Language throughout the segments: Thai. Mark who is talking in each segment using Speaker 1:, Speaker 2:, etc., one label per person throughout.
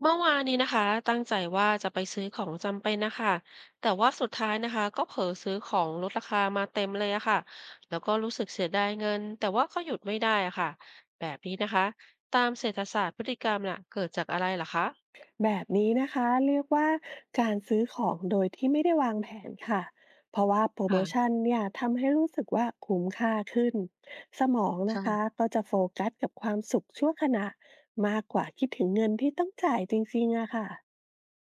Speaker 1: เมื่อวานนี้นะคะตั้งใจว่าจะไปซื้อของจำเป็นนะคะแต่ว่าสุดท้ายนะคะก็เผลอซื้อของลดราคามาเต็มเลยอะค่ะแล้วก็รู้สึกเสียดายเงินแต่ว่าก็หยุดไม่ได้อะค่ะแบบนี้นะคะตามเศรษฐศาสตร์พฤติกรรมน่ะเกิดจากอะไรเหรอคะ
Speaker 2: แบบนี้นะคะเรียกว่าการซื้อของโดยที่ไม่ได้วางแผนค่ะเพราะว่าโปรโม
Speaker 1: ค่ะ
Speaker 2: ชั่นเนี่ยทำให้รู้สึกว่าคุ้มค่าขึ้นสมอง
Speaker 1: ใช่
Speaker 2: นะคะก็จะโฟกัสกับความสุขชั่วขณะมากกว่าคิดถึงเงินที่ต้องจ่ายจริงๆอะค่ะ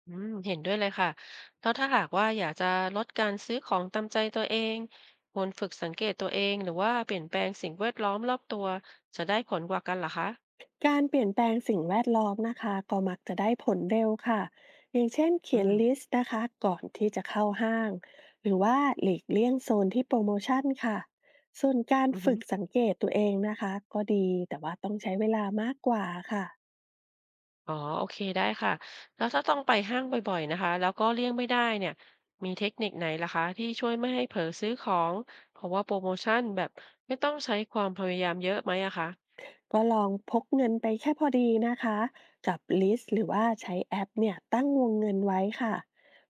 Speaker 1: อืมเห็นด้วยเลยค่ะแล้วถ้าหากว่าอยากจะลดการซื้อของตามใจตัวเองควรฝึกสังเกตตัวเองหรือว่าเปลี่ยนแปลงสิ่งแวดล้อมรอบตัวจะได้ผลกว่ากันเหรอคะ
Speaker 2: การเปลี่ยนแปลงสิ่งแวดล้อมนะคะก็มักจะได้ผลเร็วค่ะอย่างเช่น
Speaker 1: อื
Speaker 2: เขียน
Speaker 1: ม
Speaker 2: ลิสต์นะคะก่อนที่จะเข้าห้างหรือว่าหลีกเลี่ยงโซนที่โปรโมชั่นค่ะส่วนการ
Speaker 1: อือ
Speaker 2: ฝึกสังเกตตัวเองนะคะก็ดีแต่ว่าต้องใช้เวลามากกว่าค่ะ
Speaker 1: อ๋อโอเคได้ค่ะแล้วถ้าต้องไปห้างบ่อยๆนะคะแล้วก็เลี่ยงไม่ได้เนี่ยมีเทคนิคไหนล่ะคะที่ช่วยไม่ให้เผลอซื้อของเพราะว่าโปรโมชันแบบไม่ต้องใช้ความพยายามเยอะไหมอะคะ
Speaker 2: ก็ลองพกเงินไปแค่พอดีนะคะกับลิสต์หรือว่าใช้แอปเนี่ยตั้งวงเงินไว้ค่ะ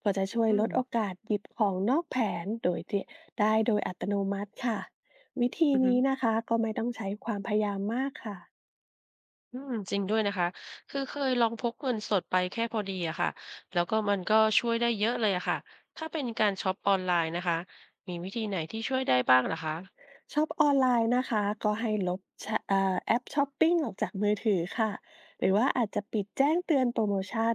Speaker 2: ก็จะช่วย
Speaker 1: อื
Speaker 2: ล
Speaker 1: ม
Speaker 2: ดโอกาสหยิบของนอกแผนโดยที่ได้โดยอัตโนมัติค่ะวิธี
Speaker 1: อือฮึ
Speaker 2: นี้นะคะก็ไม่ต้องใช้ความพยายามมากค่ะ
Speaker 1: อืมจริงด้วยนะคะคือเคยลองพกเงินสดไปแค่พอดีอะค่ะแล้วก็มันก็ช่วยได้เยอะเลยอะค่ะถ้าเป็นการช็อปออนไลน์นะคะมีวิธีไหนที่ช่วยได้บ้างเหรอคะ
Speaker 2: ช็อปออนไลน์นะคะก็ให้ลบชะเอ่อแอปช้อปปิ้งออกจากมือถือค่ะหรือว่าอาจจะปิดแจ้งเตือนโปรโมชั่น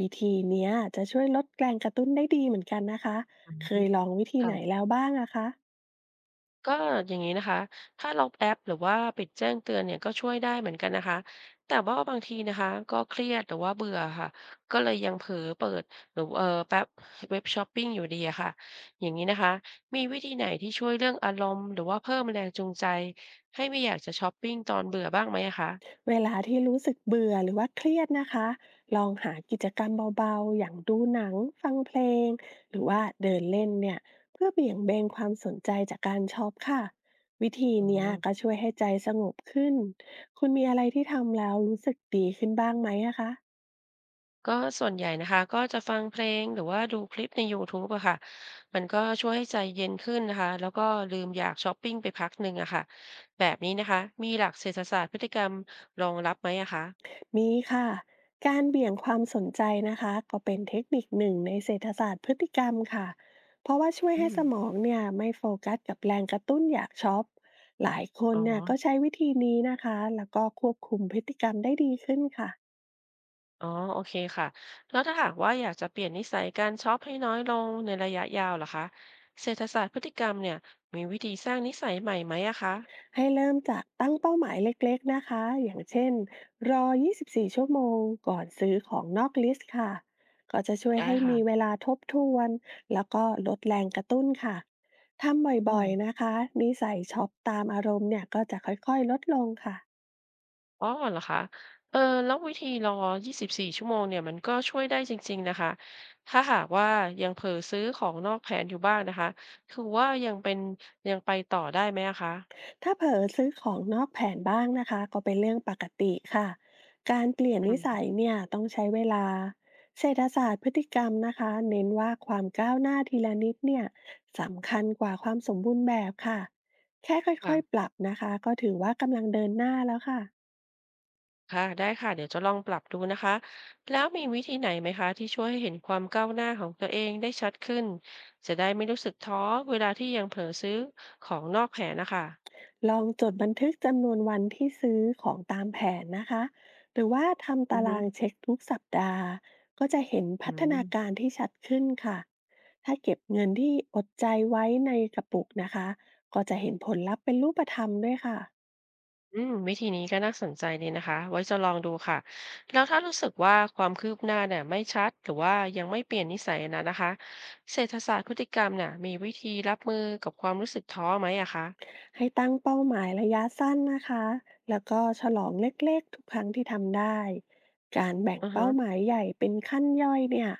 Speaker 2: วิธีเนี้ยจะช่วยลดแรงกระตุ้นได้ดีเหมือนกันนะคะ
Speaker 1: อื
Speaker 2: เค
Speaker 1: ม
Speaker 2: ยลองวิธีไหน
Speaker 1: ค่ะ
Speaker 2: แล้วบ้างอะคะ
Speaker 1: ก็อย่างนี้นะคะถ้าลบแอปหรือว่าปิดแจ้งเตือนเนี่ยก็ช่วยได้เหมือนกันนะคะแต่ว่าบางทีนะคะก็เครียดหรือว่าเบื่อค่ะก็เลยยังเผลอเปิดหรือแป๊บเว็บช้อปปิ้งอยู่ดีอะค่ะอย่างนี้นะคะมีวิธีไหนที่ช่วยเรื่องอารมณ์หรือว่าเพิ่มแรงจูงใจให้ไม่อยากจะช้อปปิ้งตอนเบื่อบ้างไหมอะคะ
Speaker 2: เวลาที่รู้สึกเบื่อหรือว่าเครียดนะคะ ลองหากิจกรรมเบาๆ อย่างดูหนัง ฟังเพลง หรือว่าเดินเล่นเนี่ย เพื่อเบี่ยงเบนความสนใจจากการช็อปค่ะ วิธี
Speaker 1: อ๋อ
Speaker 2: เนี้ยก็ช่วยให้ใจสงบขึ้น คุณมีอะไรที่ทำแล้วรู้สึกดีขึ้นบ้างไหมอะคะ
Speaker 1: ก็ส่วนใหญ่นะคะก็จะฟังเพลงหรือว่าดูคลิปใน YouTube อะค่ะมันก็ช่วยให้ใจเย็นขึ้นนะคะแล้วก็ลืมอยากช้อปปิ้งไปพักหนึ่งอะค่ะแบบนี้นะคะมีหลักเศรษฐศาสตร์พฤติกรรมรองรับไหมอะคะ
Speaker 2: มีค่ะ การเบี่ยงความสนใจนะคะก็เป็นเทคนิคหนึ่งในเศรษฐศาสตร์พฤติกรรมค่ะ เพราะว่าช่วย
Speaker 1: อื
Speaker 2: ให้
Speaker 1: ม
Speaker 2: สมองเนี่ยไม่โฟกัสกับแรงกระตุ้นอยากช็อป หลายคน
Speaker 1: อ๋
Speaker 2: เนี่ยก็
Speaker 1: อ
Speaker 2: ใช้วิธีนี้นะคะแล้วก็ควบคุมพฤติกรรมได้ดีขึ้นค่ะ
Speaker 1: อ๋อโอเคค่ะแล้วถ้าหากว่าอยากจะเปลี่ยนนิสัยการช็อปให้น้อยลงในระยะยาวเหรอคะเศรษฐศาสตร์พฤติกรรมเนี่ยมีวิธีสร้างนิสัยใหม่ไหมอะคะ
Speaker 2: ให้เริ่มจากตั้งเป้าหมายเล็กๆ นะคะ อย่างเช่นรอ 24 ชั่วโมงก่อนซื้อของนอกลิสต์ค่ะ ก็จะช่วย
Speaker 1: ได้
Speaker 2: ให้มีเว
Speaker 1: ค่ะ
Speaker 2: ลาทบทวนแล้วก็ลดแรงกระตุ้นค่ะ ทำ
Speaker 1: อื
Speaker 2: บ่
Speaker 1: ม
Speaker 2: อยๆ นะคะนิสัยช็อปตามอารมณ์เนี่ยก็จะค่อยๆ ลดลงค่ะ
Speaker 1: อ๋อเหรอคะเออแล้ววิธีรอ 24 ชั่วโมงเนี่ยมันก็ช่วยได้จริงๆนะคะถ้าหากว่ายังเผลอซื้อของนอกแผนอยู่บ้างนะคะคือว่ายังเป็นยังไปต่อได้ไหมอะคะ
Speaker 2: ถ้าเผลอซื้อของนอกแผนบ้างนะคะก็เป็นเรื่องปกติค่ะการเปลี่ยน
Speaker 1: อื
Speaker 2: นิสัย
Speaker 1: ม
Speaker 2: เนี่ยต้องใช้เวลาเศรษฐศาสตร์พฤติกรรมนะคะเน้นว่าความก้าวหน้าทีละนิดเนี่ยสำคัญกว่าความสมบูรณ์แบบค่ะแค่ค่อยๆป
Speaker 1: ค่ะ
Speaker 2: รับนะคะก็ถือว่ากำลังเดินหน้าแล้วค่ะ
Speaker 1: ค่ะได้ค่ะ เดี๋ยวจะลองปรับดูนะคะ แล้วมีวิธีไหนไหมคะที่ช่วยให้เห็นความก้าวหน้าของตัวเองได้ชัดขึ้น จะได้ไม่รู้สึกท้อเวลาที่ยังเผลอซื้อของนอกแผนนะคะ
Speaker 2: ลองจดบันทึกจำนวนวันที่ซื้อของตามแผนนะคะหรือว่าทำ
Speaker 1: อื
Speaker 2: ตา
Speaker 1: อฮึ
Speaker 2: รางเช็คทุกสัปดาห์ก็จะเห็น
Speaker 1: อื
Speaker 2: พัฒนา
Speaker 1: ม
Speaker 2: การที่ชัดขึ้นค่ะ ถ้าเก็บเงินที่อดใจไว้ในกระปุกนะคะ ก็จะเห็นผลลัพธ์เป็นรูปธรรมด้วยค่ะ
Speaker 1: อืมวิธีนี้ก็น่าสนใจดีนะคะไว้จะลองดูค่ะแล้วถ้ารู้สึกว่าความคืบหน้าเนี่ยไม่ชัดหรือว่ายังไม่เปลี่ยนนิสัยนะคะเศรษฐศาสตร์พฤติกรรมเนี่ยมีวิธีรับมือกับความรู้สึกท้อไหมอะคะ
Speaker 2: ให้ตั้งเป้าหมายระยะสั้นนะคะแล้วก็ฉลองเล็กๆทุกครั้งที่ทำได้การแบ่ง
Speaker 1: อือ
Speaker 2: เป้า
Speaker 1: ฮะ
Speaker 2: หมายใหญ่เป็นขั้นย่อยเนี่ย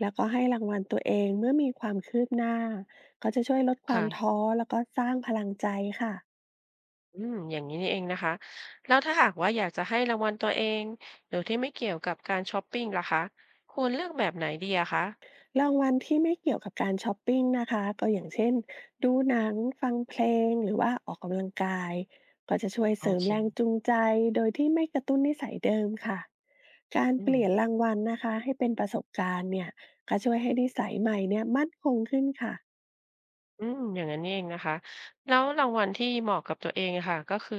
Speaker 2: แล้วก็ให้รางวัลตัวเองเมื่อมีความคืบหน้า ก็จะช่วยลดความ
Speaker 1: ค่ะ
Speaker 2: ท้อแล้วก็สร้างพลังใจค่ะ
Speaker 1: อืมอย่างนี้นี่เองนะคะแล้วถ้าหากว่าอยากจะให้รางวัลตัวเองโดยที่ไม่เกี่ยวกับการช้อปปิ้งล่ะคะควรเลือกแบบไหนดีอะคะ
Speaker 2: รางวัลที่ไม่เกี่ยวกับการช้อปปิ้งนะคะก็อย่างเช่นดูหนังฟังเพลงหรือว่าออกกำลังกายก็จะช่วย
Speaker 1: โอ
Speaker 2: เสริม
Speaker 1: เค
Speaker 2: แรงจูงใจโดยที่ไม่กระตุ้นนิสัยเดิมค่ะ การ
Speaker 1: อื
Speaker 2: เป
Speaker 1: ม
Speaker 2: ลี่ยนรางวัลนะคะให้เป็นประสบการณ์เนี่ยก็ช่วยให้นิสัยใหม่เนี่ยมั่นคงขึ้นค่ะ
Speaker 1: อืมอย่างนั้นนี่เองนะคะแล้วรางวัลที่เหมาะกับตัวเองอะค่ะก็คือ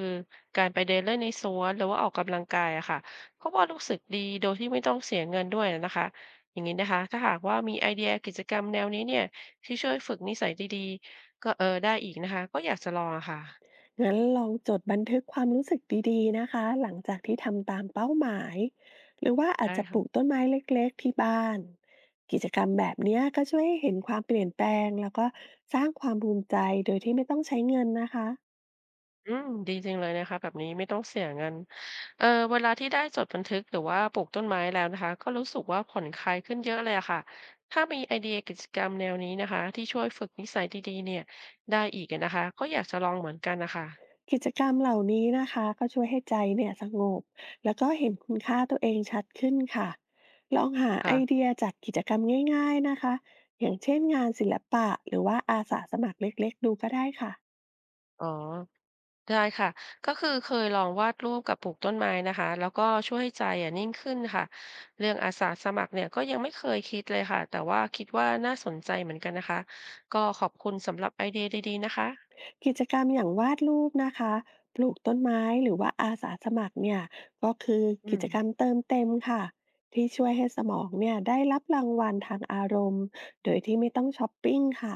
Speaker 1: การไปเดินเล่นในสวนหรือว่าออกกำลังกายอะค่ะเพราะว่ารู้สึกดีโดยที่ไม่ต้องเสียเงินด้วยนะคะอย่างนี้นะคะถ้าหากว่ามีไอเดียกิจกรรมแนวนี้เนี่ยที่ช่วยฝึกนิสัยดีๆก็ได้อีกนะคะก็อยากจะลองอะค่ะ
Speaker 2: งั้นลองจดบันทึกความรู้สึกดีๆนะคะหลังจากที่ทำตามเป้าหมายหรือว่าอาจ
Speaker 1: ได้
Speaker 2: จะปลูก
Speaker 1: ค่ะ
Speaker 2: ต้นไม้เล็กๆที่บ้านกิจกรรมแบบเนี้ยก็ช่วยให้เห็นความเปลี่ยนแปลงแล้วก็สร้างความภูมิใจโดยที่ไม่ต้องใช้เงินนะคะ
Speaker 1: อืมดีจริงเลยนะคะแบบนี้ไม่ต้องเสียเงินเอ่อเวลาที่ได้จดบันทึกหรือว่าปลูกต้นไม้แล้วนะคะก็รู้สึกว่าผ่อนคลายขึ้นเยอะเลยอะค่ะถ้ามีไอเดียกิจกรรมแนวนี้นะคะที่ช่วยฝึกนิสัยดีๆเนี่ยได้อีกอะนะคะก็อยากจะลองเหมือนกันนะคะ
Speaker 2: กิจกรรมเหล่านี้นะคะก็ช่วยให้ใจเนี่ยสงบแล้วก็เห็นคุณค่าตัวเองชัดขึ้นค่ะลองหาไอ
Speaker 1: ค่ะ
Speaker 2: เดียจากกิจกรรมง่ายๆนะคะอย่างเช่นงานศิลปะหรือว่าอาสาสมัครเล็กๆดูก็ได้ค่ะ
Speaker 1: อ๋อได้ค่ะก็คือเคยลองวาดรูปกับปลูกต้นไม้นะคะแล้วก็ช่วยให้ใจอ่ะนิ่งขึ้นค่ะเรื่องอาสาสมัครเนี่ยก็ยังไม่เคยคิดเลยค่ะแต่ว่าคิดว่าน่าสนใจเหมือนกันนะคะก็ขอบคุณสำหรับไอเดียดีๆนะคะ
Speaker 2: กิจกรรมอย่างวาดรูปนะคะปลูกต้นไม้หรือว่าอาสาสมัครเนี่ยก็คือ
Speaker 1: อื
Speaker 2: กิ
Speaker 1: ม
Speaker 2: จกรรมเติมเต็มค่ะที่ช่วยให้สมองเนี่ยได้รับรางวัลทางอารมณ์โดยที่ไม่ต้องช้อปปิ้งค่ะ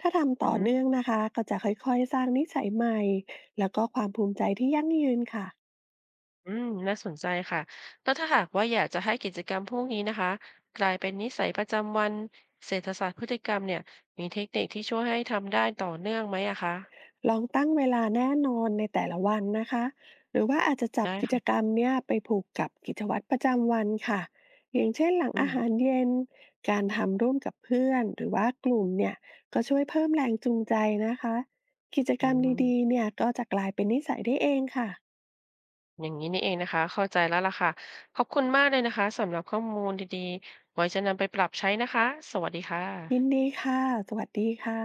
Speaker 2: ถ้าทำ
Speaker 1: อือ
Speaker 2: ต่อ
Speaker 1: ฮึ
Speaker 2: เนื่องนะคะก็จะค่อยๆสร้างนิสัยใหม่แล้วก็ความภูมิใจที่ยั่งยืนค่ะ
Speaker 1: อืมน่าสนใจค่ะแล้วถ้าหากว่าอยากจะให้กิจกรรมพวกนี้นะคะกลายเป็นนิสัยประจำวันเศรษฐศาสตร์พฤติกรรมเนี่ยมีเทคนิคที่ช่วยให้ทำได้ต่อเนื่องไหมอะคะ
Speaker 2: ลองตั้งเวลาแน่นอนในแต่ละวันนะคะหรือว่าอาจจะจับ
Speaker 1: ได้
Speaker 2: กิจก
Speaker 1: ค่ะ
Speaker 2: รรมเนี่ยไปผูกกับกิจวัตรประจำวันค่ะอย่างเช่นหลัง
Speaker 1: อื
Speaker 2: อา
Speaker 1: ม
Speaker 2: หารเย็น การทำร่วมกับเพื่อน หรือว่ากลุ่มเนี่ยก็ช่วยเพิ่มแรงจูงใจนะคะกิจก
Speaker 1: อื
Speaker 2: รรม
Speaker 1: ม
Speaker 2: ดีๆเนี่ยก็จะกลายเป็นนิสัยได้เองค่ะ
Speaker 1: อย่างนี้นี่เองนะคะเข้าใจแล้วล่ะค่ะขอบคุณมากเลยนะคะสำหรับข้อมูลดีๆไว้จะนำไปปรับใช้นะคะสวัสดีค่
Speaker 2: ยิน
Speaker 1: ะ
Speaker 2: ดีค่ะ สวัสดีค่ะ